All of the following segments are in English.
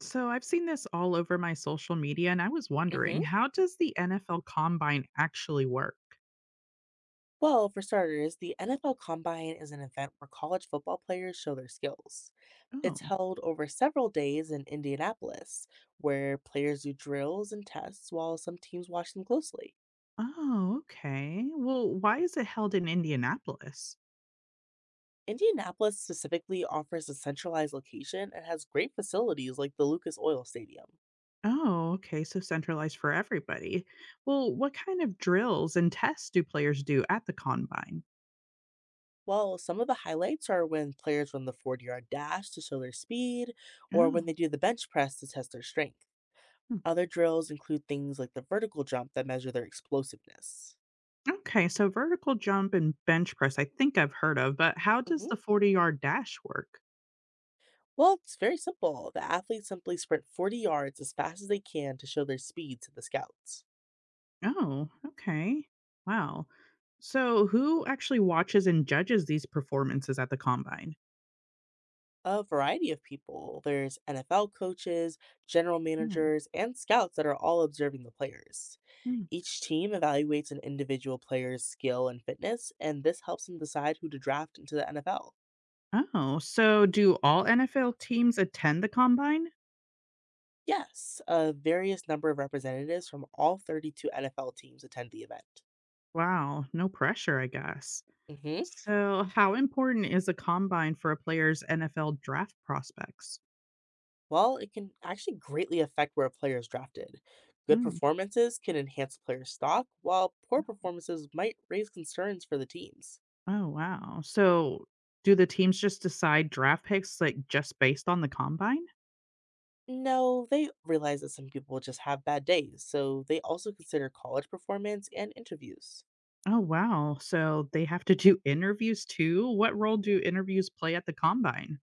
So I've seen this all over my social media, and I was Hmm. wondering, how does the NFL Combine actually work? Well, for starters, the NFL Combine is an event where college football players show their skills. It's Oh, held over several days in Indianapolis, where players do drills and tests while some teams watch them closely. oh, okay. Well, why is it held in Indianapolis? Indianapolis specifically offers a centralized location and has great facilities like the Lucas Oil Stadium. Oh, okay. So centralized for everybody. Well, what kind of drills and tests do players do at the Combine? While some of the highlights are when players run the 40-yard dash to show their speed, or when Oh, they do the bench press to test their strength. hmm. Other drills include things like the vertical jump that measure their explosiveness. Okay. So vertical jump and bench press, I think I've heard of, but how does Hmm. the 40-yard dash work? Well, it's very simple. The athletes simply sprint 40 yards as fast as they can to show their speed to the scouts. Oh, okay. Wow. So who actually watches and judges these performances at the combine? A variety of people, there's NFL coaches, general Hmm. managers, and scouts that are all observing the players. Mm. Each team evaluates an individual player's skill and fitness, and this helps them decide who to draft into the NFL. Oh, so do all NFL teams attend the combine? Yes, a various number of representatives from all 32 NFL teams attend the event. Wow, no pressure, I guess. Hmm. So, how important is the combine for a player's NFL draft prospects? Well, it can actually greatly affect where a player is drafted, good Mm. performances can enhance player's stock, while poor performances might raise concerns for the teams. Oh, wow. So, do the teams just decide draft picks like just based on the combine? No, they realize that some people just have bad days, so they also consider college performance and interviews. Oh, wow. So they have to do interviews too? What role do interviews play at the combine?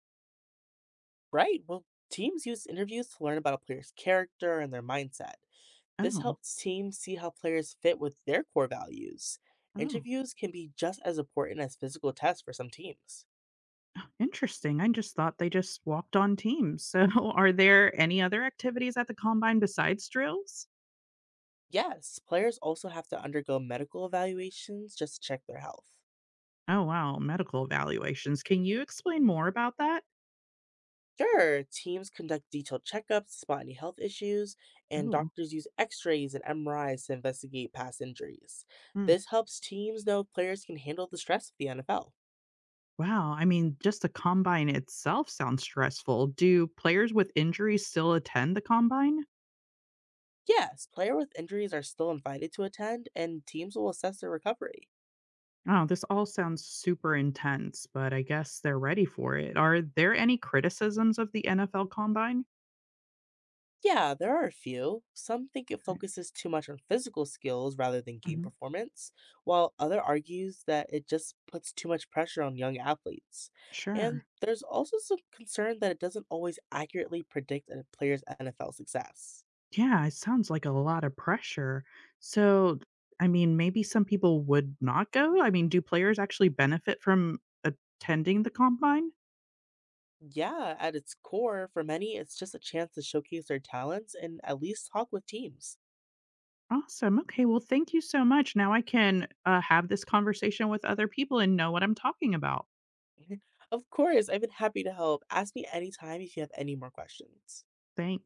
Right, well, teams use interviews to learn about a player's character and their mindset. This Oh, helps teams see how players fit with their core values. oh, Interviews can be just as important as physical tests for some teams. oh, interesting. I just thought they just walked on teams. So are there any other activities at the combine besides drills? Yes, players also have to undergo medical evaluations just to check their health. Oh, wow. Medical evaluations. Can you explain more about that? Sure, teams conduct detailed checkups, spot any health issues, and Ooh. doctors use x rays and MRIs to investigate past injuries. Mm. This helps teams know if players can handle the stress of the NFL. Wow, I mean, just the combine itself sounds stressful. Do players with injuries still attend the combine? Yes, players with injuries are still invited to attend, and teams will assess their recovery. Oh, this all sounds super intense, but I guess they're ready for it. Are there any criticisms of the NFL Combine? Yeah, there are a few. Some think it focuses too much on physical skills rather than game Hmm. performance, while other argues that it just puts too much pressure on young athletes. And Sure. there's also some concern that it doesn't always accurately predict a player's NFL success. Yeah, it sounds like a lot of pressure. So, I mean, maybe some people would not go. I mean, do players actually benefit from attending the Combine? Yeah, at its core, for many, it's just a chance to showcase their talents and at least talk with teams. Awesome. Okay. Well, thank you so much. Now I can have this conversation with other people and know what I'm talking about. Of course, I've been happy to help. Ask me anytime if you have any more questions. Thanks.